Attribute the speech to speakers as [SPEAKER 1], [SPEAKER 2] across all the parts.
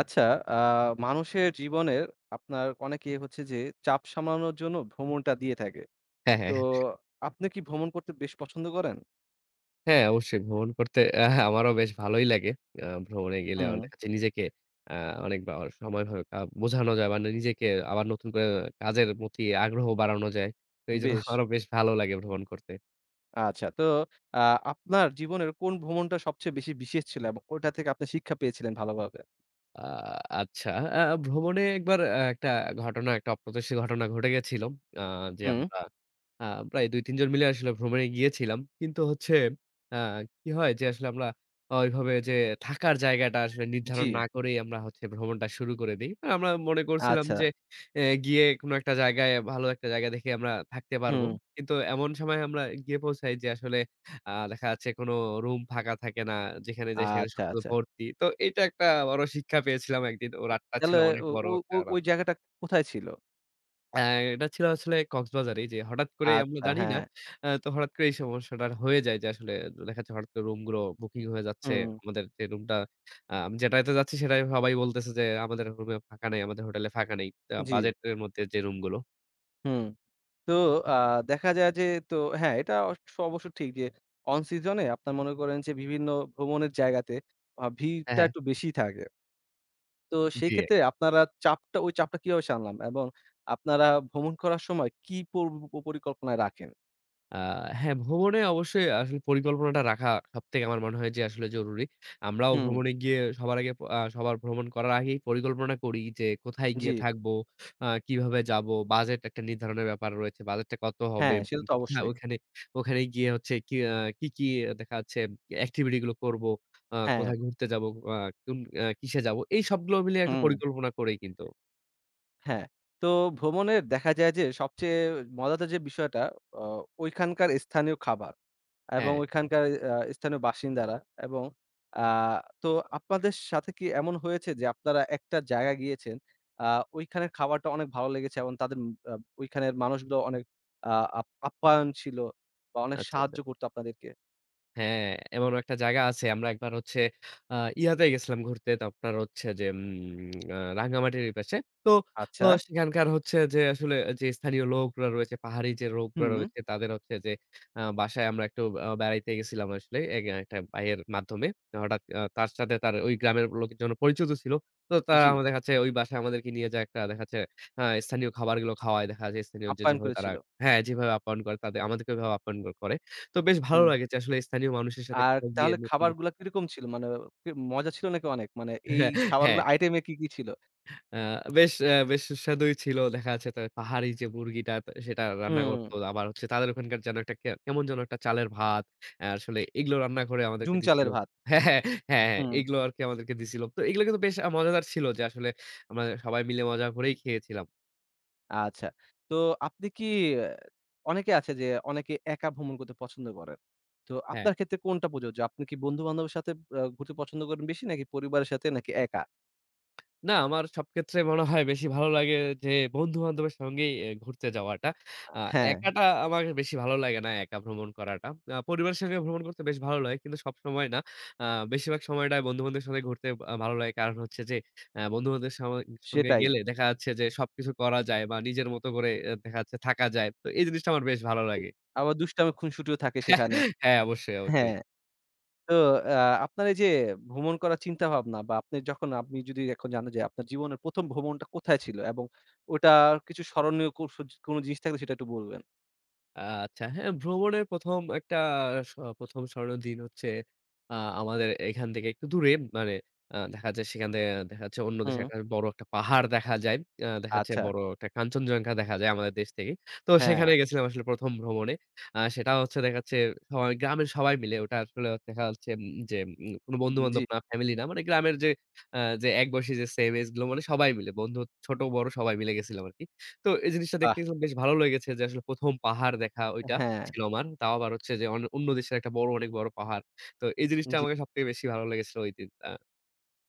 [SPEAKER 1] আচ্ছা, আ মানুষের জীবনের আপনার অনেকে হচ্ছে যে চাপ সামলানোর জন্য ভ্রমণটা দিয়ে থাকে।
[SPEAKER 2] হ্যাঁ,
[SPEAKER 1] তো
[SPEAKER 2] হ্যাঁ,
[SPEAKER 1] আপনি কি ভ্রমণ করতে বেশ পছন্দ করেন?
[SPEAKER 2] হ্যাঁ, অবশ্যই ভ্রমণ করতে আমারও বেশ ভালোই লাগে। ভ্রমণে গেলে
[SPEAKER 1] হুম।
[SPEAKER 2] অনেক কাছে নিজেকে আ অনেক বা সময় ভাবে বোঝানো যায়। মানে নিজেকে আবার নতুন করে কাজের প্রতি আগ্রহ বাড়ানো যায়। তো এইজন্য
[SPEAKER 1] বেশ।
[SPEAKER 2] আমারও বেশ ভালো লাগে ভ্রমণ করতে।
[SPEAKER 1] আচ্ছা, তো আ আপনার জীবনের কোন ভ্রমণটা সবচেয়ে বেশি বিশেষ ছিল এবং ওটা থেকে আপনি শিক্ষা পেয়েছিলেন ভালোভাবে?
[SPEAKER 2] আ আচ্ছা। আ ভ্রমণে একবার একটা ঘটনা, একটা অপ্রত্যাশিত ঘটনা ঘটে গেছিল। আ যে
[SPEAKER 1] হুম,
[SPEAKER 2] আমরা আ প্রায় ২-৩ জন মিলে আসলে ভ্রমণে গিয়েছিলাম। কিন্তু হচ্ছে আ কি হয় যে আসলে আমরা ওইভাবে যে থাকার জায়গাটা আসলে
[SPEAKER 1] জি।
[SPEAKER 2] নির্ধারণ না করেই আমরা হচ্ছে ভ্রমণটা শুরু করে দেই। আমরা মনে করছিলাম
[SPEAKER 1] আচ্ছা,
[SPEAKER 2] যে এ গিয়ে কোন একটা জায়গায় ভালো একটা জায়গা দেখে আমরা থাকতে পারবো।
[SPEAKER 1] হুম,
[SPEAKER 2] কিন্তু এমন সময় আমরা গিয়ে পৌঁছাই যে আসলে দেখা যাচ্ছে কোনো রুম ফাঁকা থাকে না। যেখানে যাই সেখানে
[SPEAKER 1] আচ্ছা,
[SPEAKER 2] সবকিছু
[SPEAKER 1] আচ্ছা।
[SPEAKER 2] ভর্তি। তো এটা একটা বড় শিক্ষা পেয়েছিলাম একদিন। ও রাতটা ছিল
[SPEAKER 1] তাহলে
[SPEAKER 2] অনেক
[SPEAKER 1] ও
[SPEAKER 2] বড়
[SPEAKER 1] ও
[SPEAKER 2] একটা
[SPEAKER 1] ও-
[SPEAKER 2] রাত।
[SPEAKER 1] ওই জায়গাটা কোথায় ছিল?
[SPEAKER 2] অ্যা এটা ছিল আসলে কক্সবাজারেই যে হঠাৎ করে আমরা
[SPEAKER 1] আচ্ছা,
[SPEAKER 2] জানি না।
[SPEAKER 1] হ্যাঁ,
[SPEAKER 2] তো হঠাৎ করে এই সমস্যাটা হয়ে যায় যে আসলে দেখা যাচ্ছে হঠাৎ করে রুমগুলো বুকিং হয়ে যাচ্ছে।
[SPEAKER 1] হুম,
[SPEAKER 2] আমাদের যে রুমটা আমি যেটাতে যাচ্ছি সেটাই সবাই বলতেছে যে আমাদের রুমে ফাঁকা নেই, আমাদের হোটেলে ফাঁকা নেই।
[SPEAKER 1] জি,
[SPEAKER 2] বাজেটের মধ্যে যে রুমগুলো
[SPEAKER 1] হুম। তো আ দেখা যায় যে তো হ্যাঁ, এটা অস অবশ্য ঠিক যে অন সিজন এ আপনার মনে করেন যে বিভিন্ন ভ্রমণের জায়গাতে
[SPEAKER 2] হ্যাঁ,
[SPEAKER 1] ভিড়টা
[SPEAKER 2] হ্যাঁ।
[SPEAKER 1] একটু বেশি থাকে। তো সেই
[SPEAKER 2] জি।
[SPEAKER 1] ক্ষেত্রে আপনারা চাপটা ওই চাপটা কিভাবে সামলান? এবং আপনারা ভ্রমণ করার সময় কি পর পরিকল্পনায় রাখেন?
[SPEAKER 2] আ হ্যাঁ, ভ্রমণে অবশ্যই আসলে পরিকল্পনাটা রাখা সবথেকে আমার মনে হয় যে আসলে জরুরি। আমরাও
[SPEAKER 1] হুম।
[SPEAKER 2] ভ্রমণে গিয়ে সবার আগে সবার ভ্রমণ করার আগেই পরিকল্পনা করি যে কোথায়
[SPEAKER 1] জি,
[SPEAKER 2] গিয়ে থাকবো, কিভাবে যাবো, বাজেট একটা নির্ধারণের ব্যাপার রয়েছে। বাজেটটা কত হবে,
[SPEAKER 1] হ্যাঁ, সেটা তো
[SPEAKER 2] কোথায়
[SPEAKER 1] অবশ্যই।
[SPEAKER 2] ওখানে ওখানে গিয়ে হচ্ছে কি কি, কি দেখা যাচ্ছে অ্যাক্টিভিটি গুলো করবো,
[SPEAKER 1] হ্যাঁ,
[SPEAKER 2] কোথায় ঘুরতে যাবো, কোন কিসে যাবো। এই সবগুলো মিলিয়ে একটা
[SPEAKER 1] হুম।
[SPEAKER 2] পরিকল্পনা করেই কিন্তু।
[SPEAKER 1] হ্যাঁ, তো ভ্রমণের দেখা যায় যে সবচেয়ে মজাদার যে বিষয়টা অ ঐখানকার স্থানীয় খাবার এবং
[SPEAKER 2] হ্যাঁ,
[SPEAKER 1] ওইখানকার স্থানীয় বাসিন্দারা এবং আ তো আপনাদের সাথে কি এমন হয়েছে যে আপনারা একটা জায়গায় গিয়েছেন, আ ওইখানের খাবারটা অনেক ভালো লেগেছে এবং তাদের আ ওইখানের মানুষগুলো অনেক আ আপ আপ্যায়ন ছিল বা অনেক
[SPEAKER 2] আচ্ছা, আচ্ছা।
[SPEAKER 1] সাহায্য করতো আপনাদেরকে?
[SPEAKER 2] হ্যাঁ, এমনও একটা জায়গা আছে। আমরা একবার হচ্ছে আ ইয়াতে গেছিলাম ঘুরতে। তো আপনার হচ্ছে যে উম আ রাঙ্গামাটির এই পাশে। তো
[SPEAKER 1] আচ্ছা,
[SPEAKER 2] সেখানকার হচ্ছে যে আসলে যে স্থানীয় লোকরা রয়েছে, পাহাড়ি যে লোকরা
[SPEAKER 1] হুম,
[SPEAKER 2] রয়েছে তাদের হচ্ছে যে বাসায় আমরা একটু বেড়াইতে গেছিলাম আসলে এক একটা ভাইয়ের মাধ্যমে। হঠাৎ তার সাথে তার ওই গ্রামের লোকজন পরিচিত ছিল। তো তারা
[SPEAKER 1] জি,
[SPEAKER 2] আমাদের কাছে ওই বাসায় আমাদেরকে নিয়ে যায় একটা দেখা যাচ্ছে স্থানীয় খাবারগুলো খাওয়ায়। দেখা যায় স্থানীয় যে
[SPEAKER 1] আপ্যায়ন
[SPEAKER 2] যেভাবে তারা
[SPEAKER 1] করেছিল।
[SPEAKER 2] হ্যাঁ, যেভাবে আপ্যায়ন করে তাদের আমাদেরকে ওইভাবে আপ্যায়ন করে। তো বেশ ভালো
[SPEAKER 1] হুম।
[SPEAKER 2] লাগে যে আসলে স্থানীয় মানুষের সাথে
[SPEAKER 1] আর
[SPEAKER 2] কোথাও গিয়ে
[SPEAKER 1] তাহলে
[SPEAKER 2] নতুন
[SPEAKER 1] খাবারগুলা কিরকম ছিল? মানে কি মজা ছিল নাকি অনেক? মানে এই
[SPEAKER 2] হ্যাঁ, হ্যাঁ।
[SPEAKER 1] খাবারগুলো আইটেমে কি, কি ছিল?
[SPEAKER 2] আ বেশ আ বেশ সুস্বাদুই ছিল। দেখা যাচ্ছে তা পাহাড়ি যে মুরগিটা তা সেটা রান্না
[SPEAKER 1] হুম,
[SPEAKER 2] করত। আবার হচ্ছে তাদের ওখানকার যেন একটা কে কেমন যেন একটা চালের ভাত। আসলে এগুলো রান্না করে আমাদেরকে
[SPEAKER 1] ঝুম
[SPEAKER 2] দিছিল
[SPEAKER 1] চালের ভাত।
[SPEAKER 2] হ্যাঁ, হ্যাঁ, হ্যাঁ, হ্যাঁ।
[SPEAKER 1] হুম,
[SPEAKER 2] এগুলো আরকি আমাদেরকে দিছিল। তো এগুলো কিন্তু বেশ মজাদার ছিল যে আসলে আমরা সবাই মিলে মজা করেই খেয়েছিলাম।
[SPEAKER 1] আচ্ছা। তো আপনি কি আ অনেকে আছে যে অনেকে একা ভ্রমণ করতে পছন্দ করে। তো
[SPEAKER 2] হ্যাঁ।
[SPEAKER 1] আপনার ক্ষেত্রে কোনটা প্রযোজ্য? আপনি কি বন্ধু-বান্ধবের সাথে ঘুরতে পছন্দ করেন বেশি নাকি পরিবারের সাথে নাকি একা?
[SPEAKER 2] না, আমার সব ক্ষেত্রে মনে হয় বেশি ভালো লাগে যে বন্ধু-বান্ধবের সঙ্গেই এ ঘুরতে যাওয়াটা।
[SPEAKER 1] আ
[SPEAKER 2] আ
[SPEAKER 1] হ্যাঁ,
[SPEAKER 2] একাটা আমার বেশি ভালো লাগে না, একা ভ্রমণ করাটা। পরিবারের সঙ্গে ভ্রমণ করতে বেশ ভালো লাগে কিন্তু সবসময় না। আ বেশিরভাগ সময়টাই বন্ধু-বান্ধবের সঙ্গে ঘুরতে ভালো লাগে। কারণ হচ্ছে যে বন্ধু-বান্ধবের সঙ্গে
[SPEAKER 1] সেটাই।
[SPEAKER 2] গেলে দেখা যাচ্ছে যে সবকিছু করা যায় বা নিজের মতো করে এ দেখা যাচ্ছে থাকা যায়। তো এই জিনিসটা আমার বেশ ভালো লাগে।
[SPEAKER 1] আবার দুষ্টামি খুনসুটিও থাকে সেখানে।
[SPEAKER 2] হ্যাঁ, অবশ্যই, অবশ্যই।
[SPEAKER 1] হ্যাঁ। তো আ আপনার এই যে ভ্রমণ করার চিন্তাভাবনা বা আপনি যখন আপনি যদি এখন জানেন যে আপনার জীবনের ১ম ভ্রমণটা কোথায় ছিল এবং ওটার কিছু স্মরণীয় কোন জিনিস থাকলে সেটা একটু বলবেন?
[SPEAKER 2] আচ্ছা হ্যাঁ, ভ্রমণের ১ম একটা স ১ম স্মরণীয় দিন হচ্ছে আ আমাদের এখান থেকে একটু দূরে মানে দেখা যায় সেখান থেকে দেখা যাচ্ছে অন্য দেশে
[SPEAKER 1] হুম।
[SPEAKER 2] একটা বড় একটা পাহাড় দেখা যায়। দেখা যাচ্ছে
[SPEAKER 1] আচ্ছা।
[SPEAKER 2] বড় একটা কাঞ্চনজঙ্ঘা দেখা যায় আমাদের দেশ থেকে। তো
[SPEAKER 1] হ্যাঁ,
[SPEAKER 2] সেখানে গেছিলাম আসলে ১ম ভ্রমণে। সেটা হচ্ছে দেখা যাচ্ছে সবাই গ্রামের সবাই মিলে ওটা আসলে দেখা যাচ্ছে যে কোনো
[SPEAKER 1] জি।
[SPEAKER 2] বন্ধু-বান্ধব না, ফ্যামিলি না। মানে গ্রামের যে যে এক বয়সী যে সেম এজ গুলো মানে সবাই মিলে বন্ধু ছোট বড় সবাই মিলে গেছিলাম আরকি। তো এই জিনিসটা
[SPEAKER 1] বাহ!
[SPEAKER 2] দেখতে কিন্তু বেশ ভালো লেগেছে যে আসলে ১ম পাহাড় দেখা ওইটা
[SPEAKER 1] হ্যাঁ,
[SPEAKER 2] ছিল আমার। তাও আবার হচ্ছে যে অন্য দেশের একটা বড় অনেক বড় পাহাড়। তো এই জিনিসটা
[SPEAKER 1] জি।
[SPEAKER 2] আমাকে সবথেকে বেশি ভালো লেগেছিল ওইদিন।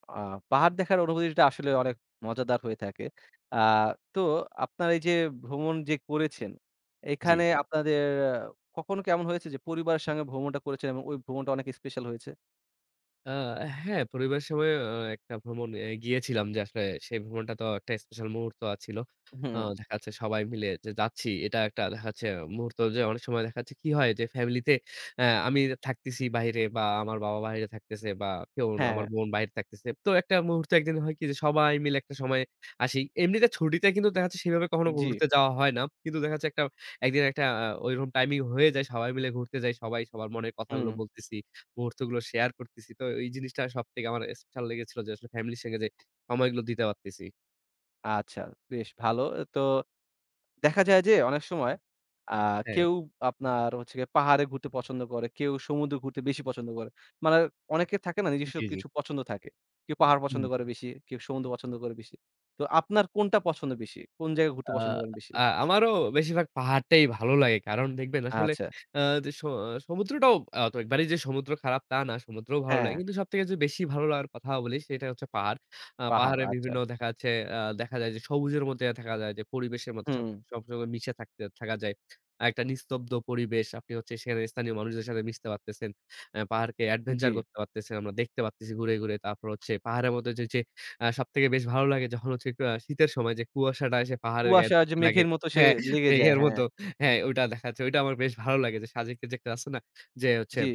[SPEAKER 1] আ পাহাড় দেখার অনুভূতিটা আসলে অনেক মজাদার হয়ে থাকে। আ তো আপনার এই যে ভ্রমণ যে করেছেন,
[SPEAKER 2] জি।
[SPEAKER 1] এখানে আপনাদের আহ, কখনো কেমন হয়েছে যে পরিবারের সঙ্গে ভ্রমণটা করেছেন এবং ওই ভ্রমণটা অনেক স্পেশাল হয়েছে?
[SPEAKER 2] আ হ্যাঁ, পরিবারের সময় একটা ভ্রমণ এ গিয়েছিলাম যে আসলে সেই ভ্রমণটা তো একটা স্পেশাল মুহূর্ত ছিল।
[SPEAKER 1] হুম।
[SPEAKER 2] দেখা যাচ্ছে সবাই মিলে যে যাচ্ছি এটা একটা দেখা যাচ্ছে মুহূর্ত যে অনেক সময় দেখা যাচ্ছে কি হয় যে ফ্যামিলিতে আমি থাকতেছি বাইরে বা আমার বাবা বাইরে থাকতেছে বা কেউ অন্য-
[SPEAKER 1] হ্যাঁ,
[SPEAKER 2] আমার বোন বাইরে থাকতেছে। তো একটা মুহূর্তে একদিন হয় কি যে সবাই মিলে একটা সময় আসি। এমনিতে ছুটিতে কিন্তু দেখা যাচ্ছে সেভাবে কখনো
[SPEAKER 1] জি।
[SPEAKER 2] ঘুরতে যাওয়া হয় না। কিন্তু দেখা যাচ্ছে একটা একদিন একটা ওইরকম টাইমিং হয়ে যায় সবাই মিলে ঘুরতে যাই। সবাই সবার মনের কথাগুলো
[SPEAKER 1] হুম।
[SPEAKER 2] বলতেছি। মুহূর্তগুলো শেয়ার করতেছি। তো এই জিনিসটা সবথেকে আমার স্পেশাল লেগেছিল যে আসলে ফ্যামিলির সঙ্গে যে সময়গুলো দিতে পারতেছি।
[SPEAKER 1] আচ্ছা, বেশ ভালো। তো দেখা যায় যে অনেক সময় আ
[SPEAKER 2] হ্যাঁ,
[SPEAKER 1] কেউ আপনার হচ্ছে গিয়ে পাহাড়ে ঘুরতে পছন্দ করে, কেউ সমুদ্র ঘুরতে বেশি পছন্দ করে। মানে অনেকের থাকে না নিজস্ব
[SPEAKER 2] জি, জি।
[SPEAKER 1] কিছু পছন্দ থাকে। কেউ পাহাড় পছন্দ করে বেশি, কেউ সমুদ্র পছন্দ করে বেশি। তো আপনার কোনটা পছন্দ বেশি? কোন জায়গায় ঘুরতে
[SPEAKER 2] আ
[SPEAKER 1] পছন্দ করেন বেশি?
[SPEAKER 2] আ আমারও বেশিরভাগ পাহাড়টাই ভালো লাগে। কারণ দেখবেন আসলে
[SPEAKER 1] আচ্ছা,
[SPEAKER 2] যে সমুদ্রটাও তো একবারেই যে সমুদ্র খারাপ তা না, সমুদ্রও ভালো লাগে।
[SPEAKER 1] হ্যাঁ,
[SPEAKER 2] কিন্তু সবথেকে যে বেশি ভালো লাগার কথা বলি সেটা হচ্ছে পাহাড়।
[SPEAKER 1] পাহাড়
[SPEAKER 2] পাহাড়ে
[SPEAKER 1] আচ্ছা।
[SPEAKER 2] বিভিন্ন দেখা যাচ্ছে দেখা যায় যে সবুজের মধ্যে থাকা যায় যে পরিবেশের মধ্যে সব
[SPEAKER 1] হুম,
[SPEAKER 2] সবসময় মিশে থাকতে থাকা যায়। একটা নিস্তব্ধ পরিবেশ। আপনি হচ্ছে সেখানে স্থানীয় মানুষদের সাথে মিশতে পারতেছেন। পাহাড়কে
[SPEAKER 1] জি।
[SPEAKER 2] অ্যাডভেঞ্চার করতে পারতেছেন। আমরা দেখতে পারতেছি ঘুরে, ঘুরে। তারপর হচ্ছে পাহাড়ের মধ্যে যে, যে সবথেকে বেশ ভালো লাগে যখন হচ্ছে একটু শীতের সময় যে কুয়াশাটা এসে পাহাড়ের গায়ে
[SPEAKER 1] কুয়াশা যে
[SPEAKER 2] ধাক্কা লাগে।
[SPEAKER 1] মেঘের মতো সে
[SPEAKER 2] হ্যাঁ,
[SPEAKER 1] লেগে যায়,
[SPEAKER 2] মেঘের
[SPEAKER 1] হ্যাঁ,
[SPEAKER 2] মতো। হ্যাঁ, ওইটা দেখা যাচ্ছে। ওইটা আমার বেশ ভালো লাগে যে সাজেকের যে একটা আছে না? যে হচ্ছে
[SPEAKER 1] জি।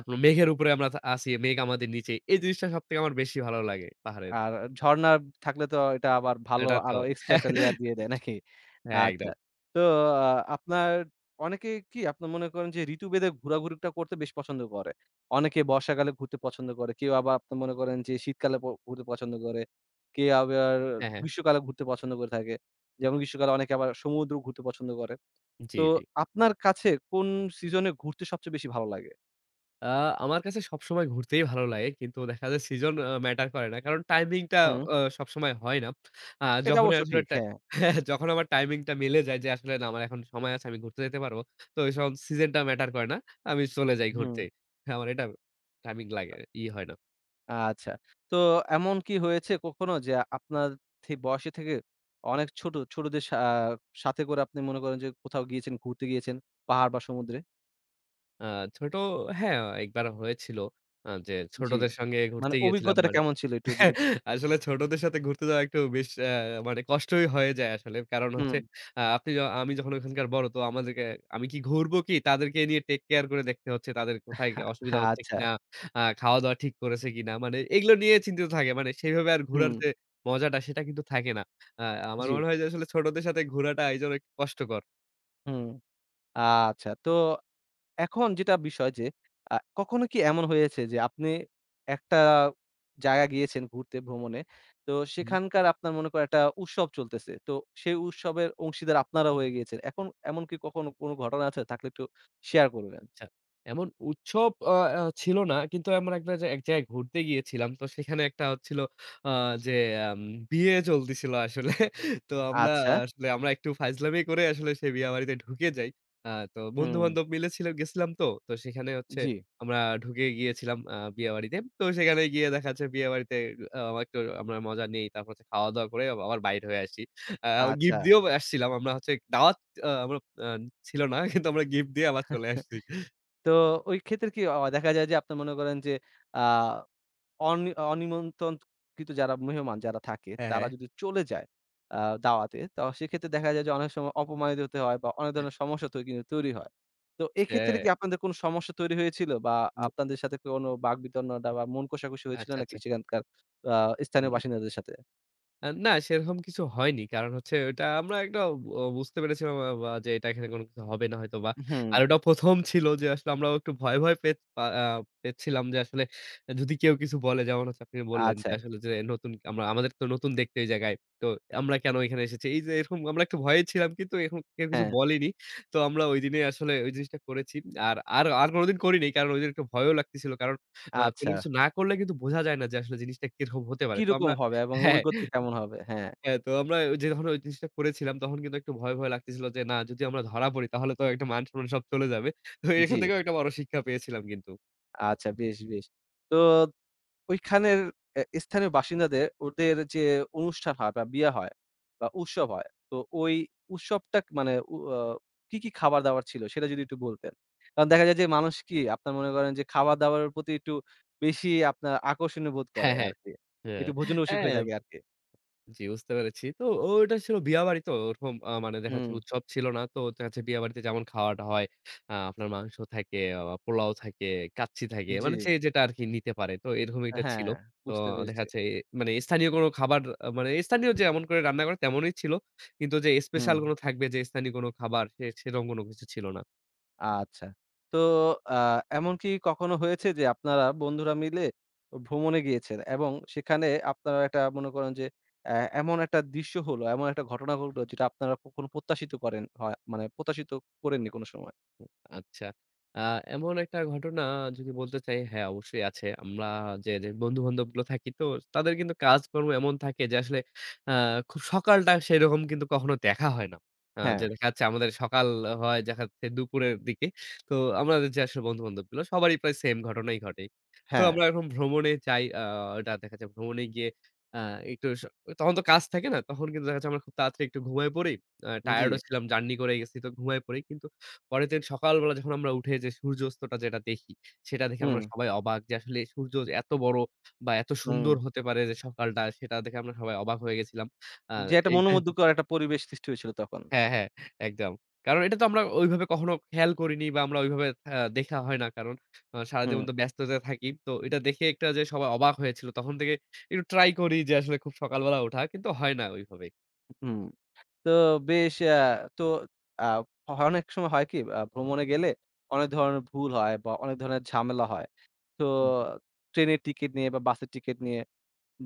[SPEAKER 2] আপনার মেঘের উপরে আমরা আছি, মেঘ আমাদের নিচে। এই জিনিসটা সবথেকে আমার বেশি ভালো লাগে পাহাড়ের।
[SPEAKER 1] আর ঝরনা থাকলে তো এটা আবার ভালো
[SPEAKER 2] এটা তো
[SPEAKER 1] আরো এক্সট্রা একটা লেয়ার দিয়ে দেয় নাকি?
[SPEAKER 2] হ্যাঁ, একদম।
[SPEAKER 1] আচ্ছা। তো আ আপনার অনেকে কি আপনার মনে করেন যে ঋতুভেদে ঘোরাঘুরিটা করতে বেশ পছন্দ করে। অনেকে বর্ষাকালে ঘুরতে পছন্দ করে। কেউ আবার আপনি মনে করেন যে শীতকালে ঘুরতে পছন্দ করে। কেউ আবার
[SPEAKER 2] হ্যাঁ, হ্যাঁ।
[SPEAKER 1] গ্রীষ্মকালে ঘুরতে পছন্দ করে থাকে। যেমন গ্রীষ্মকালে অনেকে আবার সমুদ্র ঘুরতে পছন্দ করে।
[SPEAKER 2] জি,
[SPEAKER 1] তো
[SPEAKER 2] জি।
[SPEAKER 1] আপনার কাছে কোন সিজনে ঘুরতে সবচেয়ে বেশি ভালো লাগে?
[SPEAKER 2] আ আমার কাছে সবসময় ঘুরতেই ভালো লাগে। কিন্তু দেখা যায় সিজন ম্যাটার করে না। কারণ টাইমিংটা
[SPEAKER 1] হুম,
[SPEAKER 2] সবসময় হয় না। আ
[SPEAKER 1] এটা
[SPEAKER 2] যখনই
[SPEAKER 1] অবশ্য
[SPEAKER 2] আসলে
[SPEAKER 1] ঠিক।
[SPEAKER 2] টা
[SPEAKER 1] হ্যাঁ।
[SPEAKER 2] যখন আমার টাইমিংটা মিলে যায় যে আসলে না আমার এখন সময় আছে আমি ঘুরতে যেতে পারবো। তো ওইসব সিজনটা ম্যাটার করে না। আমি চলে যাই
[SPEAKER 1] হুম।
[SPEAKER 2] ঘুরতে। হ্যাঁ, আমার এটা টাইমিং লাগে ই হয় না।
[SPEAKER 1] আচ্ছা। তো এমন কি হয়েছে কখনো যে আপনার বয়সে থেকে অনেক ছোট, ছোটদের আহ, সাথে করে আপনি মনে করেন যে কোথাও গিয়েছেন, ঘুরতে গিয়েছেন পাহাড় বা সমুদ্রে?
[SPEAKER 2] আ ছোট হ্যাঁ, একবার হয়েছিল যে
[SPEAKER 1] জি।
[SPEAKER 2] ছোটদের সঙ্গে
[SPEAKER 1] মানে
[SPEAKER 2] ঘুরতে গিয়েছিলাম
[SPEAKER 1] অভিজ্ঞতাটা
[SPEAKER 2] মানে
[SPEAKER 1] কেমন ছিল একটু যদি
[SPEAKER 2] আসলে ছোটদের সাথে ঘুরতে যাওয়া একটু বেশ মানে কষ্টই হয়ে যায় আসলে। কারণ হচ্ছে
[SPEAKER 1] হুম।
[SPEAKER 2] আ আপনি য আমি যখন ওখানকার বড় তো আমাদেরকে আমি কি ঘুরবো কি? তাদেরকে নিয়ে টেক কেয়ার করে দেখতে হচ্ছে তাদের কোথায় অসুবিধা হচ্ছে
[SPEAKER 1] আচ্ছা।
[SPEAKER 2] কিনা? খাওয়া-দাওয়া ঠিক করেছে কিনা? মানে এগুলো নিয়ে চিন্তিত থাকে। মানে সেইভাবে আর ঘুরার
[SPEAKER 1] হুম।
[SPEAKER 2] যে মজাটা সেটা কিন্তু থাকে না। আ আমার
[SPEAKER 1] জি।
[SPEAKER 2] মনে হয় যে আসলে ছোটদের সাথে ঘোরাটা এইজন্য একটু কষ্টকর।
[SPEAKER 1] হুম। আচ্ছা। তো এখন যেটা বিষয় যে, কখনো কি এমন হয়েছে যে আপনি একটা জায়গা গিয়েছেন ঘুরতে, ভ্রমণে। তো
[SPEAKER 2] হুম।
[SPEAKER 1] সেখানকার আপনার মনে করেন একটা উৎসব চলতেছে। তো সেই উৎসবের অংশীদার আপনারা হয়ে গিয়েছেন। এখন এমন কি কখনো কোনো ঘটনা আছে? থাকলে একটু শেয়ার করবেন।
[SPEAKER 2] আচ্ছা। এমন উৎসব আ আ ছিল না। কিন্তু এমন একটা যে এক জায়গায় ঘুরতে গিয়েছিলাম। তো সেখানে একটা হচ্ছিল আ যে আম বিয়ে চলতেছিল আসলে। তো আমরা
[SPEAKER 1] আচ্ছা।
[SPEAKER 2] আসলে আমরা একটু ফাইজলামি করে আসলে সেই বিয়া বাড়িতে ঢুকে যাই। তো
[SPEAKER 1] হুম,
[SPEAKER 2] বন্ধু-বান্ধব মিলে ছিল গেছিলাম তো। তো সেখানে হচ্ছে
[SPEAKER 1] জি।
[SPEAKER 2] আমরা ঢুকে গিয়েছিলাম বিয়ে বাড়িতে। তো সেখানে গিয়ে দেখা যাচ্ছে বিয়ে বাড়িতে একটু আমরা মজা নেই। তারপর হচ্ছে খাওয়া-দাওয়া করে আবার বাইর হয়ে আসি। আ
[SPEAKER 1] আচ্ছা।
[SPEAKER 2] গিফট দিয়েও আসছিলাম। আমরা হচ্ছে দাওয়াত আ আমরা আ ছিল না। কিন্তু আমরা গিফট দিয়ে আবার চলে আসছি।
[SPEAKER 1] তো ওই ক্ষেত্রে কি দেখা যায় যে আপনি মনে করেন যে আ অনি অনিমন্ত্রণকৃত যারা মেহমান যারা থাকে
[SPEAKER 2] হ্যাঁ,
[SPEAKER 1] তারা
[SPEAKER 2] হ্যাঁ।
[SPEAKER 1] যদি চলে যায় আ দাওয়াতে, তো সেক্ষেত্রে দেখা যায় যে অনেক সময় অপমানিত হতে হয় বা অনেক ধরনের সমস্যা কিন্তু তৈরি হয়। তো
[SPEAKER 2] সে
[SPEAKER 1] এক্ষেত্রে কি আপনাদের কোনো সমস্যা তৈরি হয়েছিল বা আপনাদের সাথে কোনো বাকবিতন্ডা বা মন কষাকষি হয়েছিল
[SPEAKER 2] আচ্ছা,
[SPEAKER 1] নাকি
[SPEAKER 2] আচ্ছা।
[SPEAKER 1] সেখানকার আ স্থানীয়
[SPEAKER 2] হুম।
[SPEAKER 1] বাসিন্দাদের সাথে?
[SPEAKER 2] না সেরকম কিছু হয়নি। কারণ হচ্ছে ওটা আমরা একটা বুঝতে পেরেছিলাম বা যে এটা এখানে কোনো কিছু হবে না হয়তোবা।
[SPEAKER 1] হুম,
[SPEAKER 2] আর ওটা ১ম ছিল যে আসলে আমরাও একটু ভয়, ভয় পে পা আ পেচ্ছিলাম যে আসলে যদি কেউ কিছু বলে যেমন হচ্ছে আপনি বললেন যে
[SPEAKER 1] আচ্ছা,
[SPEAKER 2] আসলে যে নতুন আমরা আমাদের তো নতুন দেখতে এই জায়গায়। তো আমরা কেন এখানে এসেছি? এই যে এরকম আমরা একটু ভয়ে ছিলাম কিন্তু এরকম কেউ কিছু
[SPEAKER 1] হ্যাঁ,
[SPEAKER 2] বলেনি। তো আমরা ঐদিনেই আসলে ওই জিনিসটা করেছি। আর আর আর কোনদিন করিনি। কারণ ঐদিন একটু ভয়ও লাগতেছিল। কারণ কোনো
[SPEAKER 1] আচ্ছা।
[SPEAKER 2] কিছু না করলে কিন্তু বোঝা যায় না যে আসলে জিনিসটা কিরকম হতে পারে। তো আমরা
[SPEAKER 1] কিরকম হবে এবং
[SPEAKER 2] হ্যাঁ।
[SPEAKER 1] অভিজ্ঞতা কেমন হবে? হ্যাঁ,
[SPEAKER 2] হ্যাঁ, তো আমরা ওই যে যখন ওই জিনিসটা করেছিলাম তখন কিন্তু একটু ভয়, ভয় লাগতেছিল যে না যদি আমরা ধরা পড়ি তাহলে তো একটা মান-সম্মান সব চলে যাবে। তো
[SPEAKER 1] জি,
[SPEAKER 2] এখান থেকেও একটা বড় শিক্ষা পেয়েছিলাম কিন্তু।
[SPEAKER 1] আচ্ছা বেশ, বেশ। তো ওইখানের স্থানীয় বাসিন্দাদের ওদের যে অনুষ্ঠান হয় বা বিয়ে হয় বা উৎসব হয়, তো ওই উৎসবটা মানে উ আ কি, কি খাবার-দাবার ছিল সেটা যদি একটু বলতেন? কারণ দেখা যায়
[SPEAKER 2] আচ্ছা।
[SPEAKER 1] যে মানুষ কি আপনার মনে করেন যে খাবার-দাবারের প্রতি একটু বেশি আপনার আকর্ষণীয় বোধ করে
[SPEAKER 2] হ্যাঁ, হ্যাঁ।
[SPEAKER 1] আরকি।
[SPEAKER 2] হ্যাঁ,
[SPEAKER 1] একটু ভোজন রসিক হয়ে
[SPEAKER 2] হ্যাঁ
[SPEAKER 1] থাকে আরকি।
[SPEAKER 2] জি, বুঝতে পেরেছি। তো ওটা ছিল বিয়াবাড়ি তো ওরকম মানে দেখা
[SPEAKER 1] হুম,
[SPEAKER 2] যাচ্ছে উৎসব ছিল না। তো দেখা যাচ্ছে বিয়াবাড়িতে যেমন খাওয়াটা হয় আপনার মাংস থাকে, পোলাও থাকে, কাচ্চি থাকে।
[SPEAKER 1] জি।
[SPEAKER 2] মানে যে যেটা আরকি নিতে পারে। তো এরকম একটা ছিল।
[SPEAKER 1] হ্যাঁ,
[SPEAKER 2] তো
[SPEAKER 1] বুঝতে
[SPEAKER 2] দেখা
[SPEAKER 1] পেরেছি।
[SPEAKER 2] যাচ্ছে মানে স্থানীয় কোনো খাবার মানে স্থানীয় যেমন করে রান্না করে তেমনই ছিল। কিন্তু যে স্পেশাল
[SPEAKER 1] হুম।
[SPEAKER 2] কোনো থাকবে যে স্থানীয় কোনো খাবার সেরকম কোনো কিছু ছিল না।
[SPEAKER 1] আচ্ছা। তো আ এমন কি কখনো হয়েছে যে আপনারা বন্ধুরা মিলে ভ্রমণে গিয়েছেন এবং সেখানে আপনারা একটা মনে করেন যে অ্যা এমন একটা দৃশ্য হলো, এমন একটা ঘটনা ঘটলো যেটা আপনারা কখনো প্রত্যাশিত করেন হয় মানে প্রত্যাশিত করেননি কোনো সময়?
[SPEAKER 2] আচ্ছা। আ এমন একটা ঘটনা যদি বলতে চাই, হ্যাঁ, অবশ্যই আছে। আমরা যে, যে বন্ধু-বান্ধবগুলো থাকি তো তাদের কিন্তু কাজকর্ম এমন থাকে যে আসলে আ খুব সকালটা সেরকম কিন্তু কখনো দেখা হয় না।
[SPEAKER 1] হ্যাঁ,
[SPEAKER 2] যে দেখা যাচ্ছে আমাদের সকাল হয় দেখা যাচ্ছে দুপুরের দিকে। তো আমাদের যে আসলে বন্ধু-বান্ধবগুলো সবারই প্রায় সেম ঘটনাই ঘটে। তো
[SPEAKER 1] হ্যাঁ।
[SPEAKER 2] আমরা এখন ভ্রমণে যাই। এটা দেখা যায় ভ্রমণে গিয়ে আ একটু তখন তো কাজ থাকে না। তখন কিন্তু দেখা যাচ্ছে আমরা খুব তাড়াতাড়ি একটু ঘুমায়ে পড়ি।
[SPEAKER 1] জি।
[SPEAKER 2] টায়ার্ড ও ছিলাম জার্নি করে গেছি তো ঘুমায়ে পড়ি। কিন্তু পরের দিন সকালবেলা যখন আমরা উঠে যে সূর্যাস্তটা যেটা দেখি, সেটা দেখে আমরা
[SPEAKER 1] হুম,
[SPEAKER 2] সবাই অবাক যে আসলে সূর্য যে এত বড় বা এত
[SPEAKER 1] হুম।
[SPEAKER 2] সুন্দর হতে পারে যে সকালটা সেটা দেখে আমরা সবাই অবাক হয়ে গেছিলাম। আ
[SPEAKER 1] যে একটা
[SPEAKER 2] এইটা
[SPEAKER 1] মনোমুগ্ধকর একটা পরিবেশ সৃষ্টি হয়েছিল তখন।
[SPEAKER 2] হ্যাঁ, হ্যাঁ, একদম। কারণ এটা তো আমরা ওইভাবে কখনো খেয়াল করিনি বা আমরা ওইভাবে দেখা হয় না। কারণ
[SPEAKER 1] হুম,
[SPEAKER 2] সারাজীবন তো ব্যস্ততায় থাকি। তো এটা দেখে একটা যে সবাই অবাক হয়েছিল। তখন থেকে একটু ট্রাই করি যে আসলে খুব সকালবেলা ওঠা। কিন্তু হয় না ওইভাবে।
[SPEAKER 1] হুম। তো বেশ আ তো আ অনেক সময় হয় কি ভ্রমণে গেলে অনেক ধরনের ভুল হয় বা অনেক ধরনের ঝামেলা হয়। তো
[SPEAKER 2] হু,
[SPEAKER 1] ট্রেনের টিকেট নিয়ে বা বাসের টিকেট নিয়ে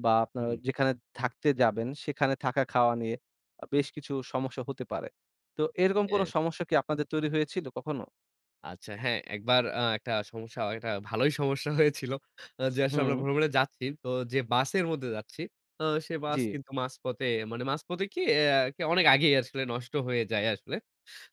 [SPEAKER 1] বা
[SPEAKER 2] হু,
[SPEAKER 1] আপনার
[SPEAKER 2] হু,
[SPEAKER 1] যেখানে থাকতে যাবেন, সেখানে থাকা খাওয়া নিয়ে বেশ কিছু সমস্যা হতে পারে। তো এরকম কোনো
[SPEAKER 2] হ্যাঁ।
[SPEAKER 1] সমস্যা কি আপনাদের তৈরি হয়েছিল কখনো?
[SPEAKER 2] আচ্ছা হ্যাঁ, একবার একটা সমস্যা একটা ভালোই সমস্যা হয়েছিল। যে আসলে আমরা
[SPEAKER 1] হুম,
[SPEAKER 2] ভ্রমণে যাচ্ছি। তো যে বাসের মধ্যে যাচ্ছি, সে বাস
[SPEAKER 1] জি,
[SPEAKER 2] কিন্তু মাঝপথে মানে মাঝপথে কি অনেক আগেই আসলে নষ্ট হয়ে যায় আসলে।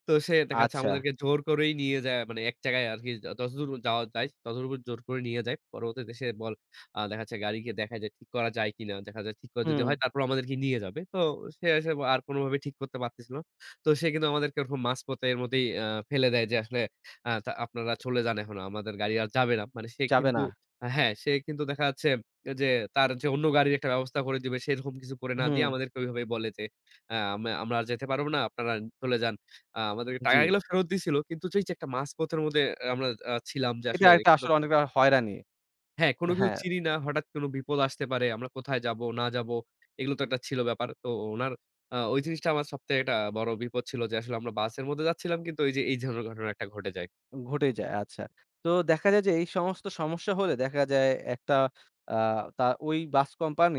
[SPEAKER 2] তো সে দেখা যাচ্ছে
[SPEAKER 1] আচ্ছা।
[SPEAKER 2] আমাদেরকে জোর করেই নিয়ে যায় মানে এক জায়গায় আরকি যতদূর যাওয়া যায় ততটুকু জোর করে নিয়ে যায়। পরবর্তীতে সে বল দেখা যাচ্ছে গাড়িকে দেখায় যে ঠিক করা যায় কিনা। দেখা যায় ঠিক করা যদি
[SPEAKER 1] হুম,
[SPEAKER 2] হয় তারপর আমাদেরকে নিয়ে যাবে। তো সে এসে আর কোনোভাবে ঠিক করতে পারতেছিল না। তো সে কিন্তু আমাদেরকে ওরকম মাঝপথে এর মধ্যেই ফেলে দেয় যে আসলে তা আপনারা চলে যান এখন। আমাদের গাড়ি আর যাবে না। মানে সে
[SPEAKER 1] যাবে
[SPEAKER 2] কিন্তু
[SPEAKER 1] না।
[SPEAKER 2] হ্যাঁ, সে কিন্তু দেখা যাচ্ছে যে তার যে অন্য গাড়ির একটা ব্যবস্থা করে দিবে সেরকম কিছু করে না দিয়ে
[SPEAKER 1] হুম,
[SPEAKER 2] আমাদেরকে ওইভাবে বলে যে আ আমা আমরা আর যেতে পারব না। আপনারা চলে যান। আমাদেরকে
[SPEAKER 1] জি।
[SPEAKER 2] টাকাগুলো ফেরত দিছিল। কিন্তু যেই যে একটা মাঝপথের মধ্যে আমরা ছিলাম যে
[SPEAKER 1] এটা
[SPEAKER 2] আসলে
[SPEAKER 1] একটা আসলে অনেকটা হয়রানি।
[SPEAKER 2] হ্যাঁ, কোন কিছু
[SPEAKER 1] হ্যাঁ,
[SPEAKER 2] চিনি না। হঠাৎ কোন বিপদ আসতে পারে। আমরা কোথায় যাব না যাব এগুলো তো একটা ছিল ব্যাপার। তো উনার ওই জিনিসটা আমার সবথেকে একটা বড় বিপদ ছিল যে আসলে আমরা বাসের মধ্যে যাচ্ছিলাম কিন্তু ওই যে এই ধরনের ঘটনা একটা ঘটে যায়।
[SPEAKER 1] ঘটেই যায়। আচ্ছা। তো দেখা যায় যে এই সমস্ত সমস্যা হলে দেখা যায় একটা আ তা ওই বাস কোম্পানি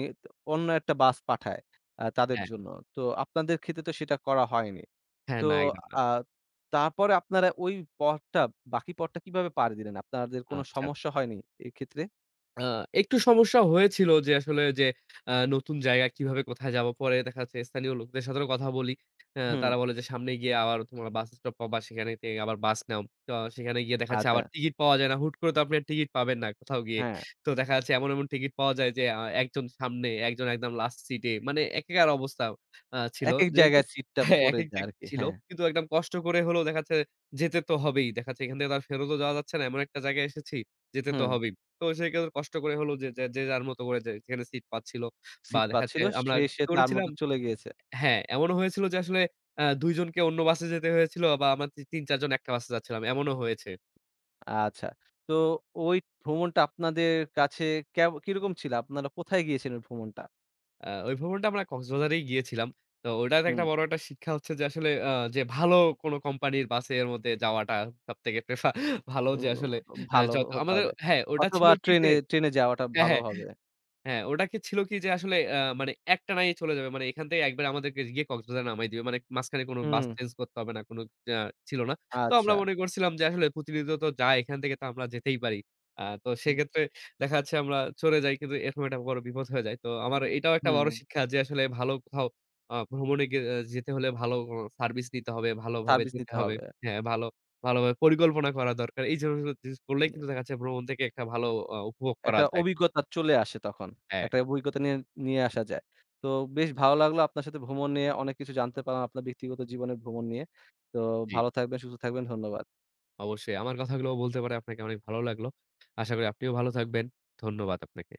[SPEAKER 1] অন্য একটা বাস পাঠায় তাদের
[SPEAKER 2] হ্যাঁ।
[SPEAKER 1] জন্য। তো আপনাদের ক্ষেত্রে তো সেটা করা হয়নি।
[SPEAKER 2] হ্যাঁ,
[SPEAKER 1] তো
[SPEAKER 2] না একদম না।
[SPEAKER 1] আ তারপরে আপনারা ওই পথটা বাকি পথটা কিভাবে পাড়ি দিলেন? আপনাদের কোন
[SPEAKER 2] আচ্ছা।
[SPEAKER 1] সমস্যা হয়নি এক্ষেত্রে?
[SPEAKER 2] আ একটু সমস্যা হয়েছিল যে আসলে যে নতুন জায়গা কিভাবে কোথায় যাব? পরে দেখা যাচ্ছে স্থানীয় লোকদের সাথেও কথা বলি।
[SPEAKER 1] হুম,
[SPEAKER 2] তারা বলে যে, "সামনে গিয়ে আবার তোমরা বাস স্টপ পাবা, সেখানে থেকে আবার বাস নাও।" তো সেখানে গিয়ে দেখা যাচ্ছে
[SPEAKER 1] আচ্ছা।
[SPEAKER 2] আবার টিকিট পাওয়া যায় না। হুট করে তো আপনি আর টিকিট পাবেন না কোথাও গিয়ে।
[SPEAKER 1] হ্যাঁ,
[SPEAKER 2] তো দেখা যাচ্ছে এমন টিকিট পাওয়া যায় যে একজন সামনে, একজন একদম লাস্ট সিটে। মানে একেকার অবস্থা ছিল
[SPEAKER 1] একেক
[SPEAKER 2] যে একটু
[SPEAKER 1] জায়গায় সিটটা
[SPEAKER 2] হ্যাঁ,
[SPEAKER 1] পড়ে
[SPEAKER 2] একেক
[SPEAKER 1] যায়
[SPEAKER 2] যে
[SPEAKER 1] আরকি।
[SPEAKER 2] ছিল।
[SPEAKER 1] হ্যাঁ,
[SPEAKER 2] কিন্তু একদম কষ্ট করে হলেও দেখা যাচ্ছে যেতে তো হবেই। দেখা যাচ্ছে এখান থেকে তো আর ফেরতও যাওয়া যাচ্ছে না। এমন একটা জায়গায় এসেছি, যেতে তো
[SPEAKER 1] হুম।
[SPEAKER 2] হবেই। তো সেক্ষেত্রে কষ্ট করে হলেও যে, যে যে যার মতো করে যে যেখানে সিট পাচ্ছিল বা
[SPEAKER 1] সিট
[SPEAKER 2] দেখা যাচ্ছে
[SPEAKER 1] পাচ্ছিল
[SPEAKER 2] আমরা
[SPEAKER 1] সে,
[SPEAKER 2] কি
[SPEAKER 1] সে তার
[SPEAKER 2] করেছিলাম
[SPEAKER 1] মতো চলে গিয়েছে।
[SPEAKER 2] হ্যাঁ, এমনও হয়েছিল যে আসলে ২ জনকে অন্য বাসে যেতে হয়েছিল বা আমরা ৩-৪ জন একটা বাসে যাচ্ছিলাম। এমনও হয়েছে।
[SPEAKER 1] আচ্ছা। তো ওই ভ্রমণটা আপনাদের কাছে কিরকম ছিল? আপনারা কোথায় গিয়েছিলেন ভ্রমণটা?
[SPEAKER 2] ওই ভ্রমণটা আমরা কক্সবাজারেই গিয়েছিলাম। তো ওটার
[SPEAKER 1] হুম,
[SPEAKER 2] একটা বড় একটা শিক্ষা হচ্ছে যে আসলে যে ভালো কোনো কোম্পানির বাসের মধ্যে যাওয়াটা সবথেকে প্রেফা ভালো
[SPEAKER 1] ও
[SPEAKER 2] যে আসলে
[SPEAKER 1] ভালো
[SPEAKER 2] যত
[SPEAKER 1] হতে
[SPEAKER 2] আমাদের
[SPEAKER 1] হবে।
[SPEAKER 2] হ্যাঁ, ওটা ছিল
[SPEAKER 1] অথবা
[SPEAKER 2] কি যে
[SPEAKER 1] ট্রেনে, ট্রেনে যাওয়াটা
[SPEAKER 2] হ্যাঁ,
[SPEAKER 1] ভালো
[SPEAKER 2] হ্যাঁ।
[SPEAKER 1] হবে।
[SPEAKER 2] হ্যাঁ, ওটা কি ছিল কি যে আসলে মানে একটানাই চলে যাবে। মানে এখান থেকে একবারে আমাদেরকে গিয়ে কক্সবাজারে নামায় দিবে। মানে মাঝখানে কোনো বাস
[SPEAKER 1] হুম,
[SPEAKER 2] চেঞ্জ করতে হবে না। কোনো আ ছিল না। তো আমরা
[SPEAKER 1] আচ্ছা।
[SPEAKER 2] মনে করছিলাম যে আসলে প্রতিনিয়ত তো যায় এখান থেকে তো আমরা যেতেই পারি। তো
[SPEAKER 1] উ
[SPEAKER 2] সেক্ষেত্রে দেখা যাচ্ছে আমরা চলে যাই। কিন্তু এরকম একটা বড় বিপদ হয়ে যায়। তো আমার
[SPEAKER 1] উ
[SPEAKER 2] এটাও একটা
[SPEAKER 1] হুম,
[SPEAKER 2] বড় শিক্ষা যে আসলে ভালো কোথাও ভ্রমণে গে আহ, যেতে হলে ভালো সার্ভিস নিতে হবে, ভালোভাবে
[SPEAKER 1] সার্ভিস
[SPEAKER 2] যেতে
[SPEAKER 1] নিতে
[SPEAKER 2] হবে।
[SPEAKER 1] হবে।
[SPEAKER 2] হ্যাঁ, ভালো ভালোভাবে পরিকল্পনা করা দরকার। এই জিনিসগুলো করলেই কিন্তু দেখা যাচ্ছে ভ্রমণ থেকে একটা ভালো উপভোগ করা
[SPEAKER 1] একটা
[SPEAKER 2] যায়।
[SPEAKER 1] অভিজ্ঞতা চলে আসে তখন।
[SPEAKER 2] হ্যাঁ,
[SPEAKER 1] একটা অভিজ্ঞতা নিয়ে, নিয়ে আসা যায়। তো বেশ ভালো লাগলো আপনার সাথে ভ্রমণ নিয়ে অনেক কিছু জানতে পারলাম আপনার ব্যক্তিগত জীবনের ভ্রমণ নিয়ে। তো
[SPEAKER 2] জি।
[SPEAKER 1] ভালো থাকবেন, সুস্থ থাকবেন। ধন্যবাদ।
[SPEAKER 2] অবশ্যই। আমার কথাগুলোও বলতে পারে আপনাকে অনেক ভালো লাগলো। আশা করি আপনিও ভালো থাকবেন। ধন্যবাদ আপনাকে।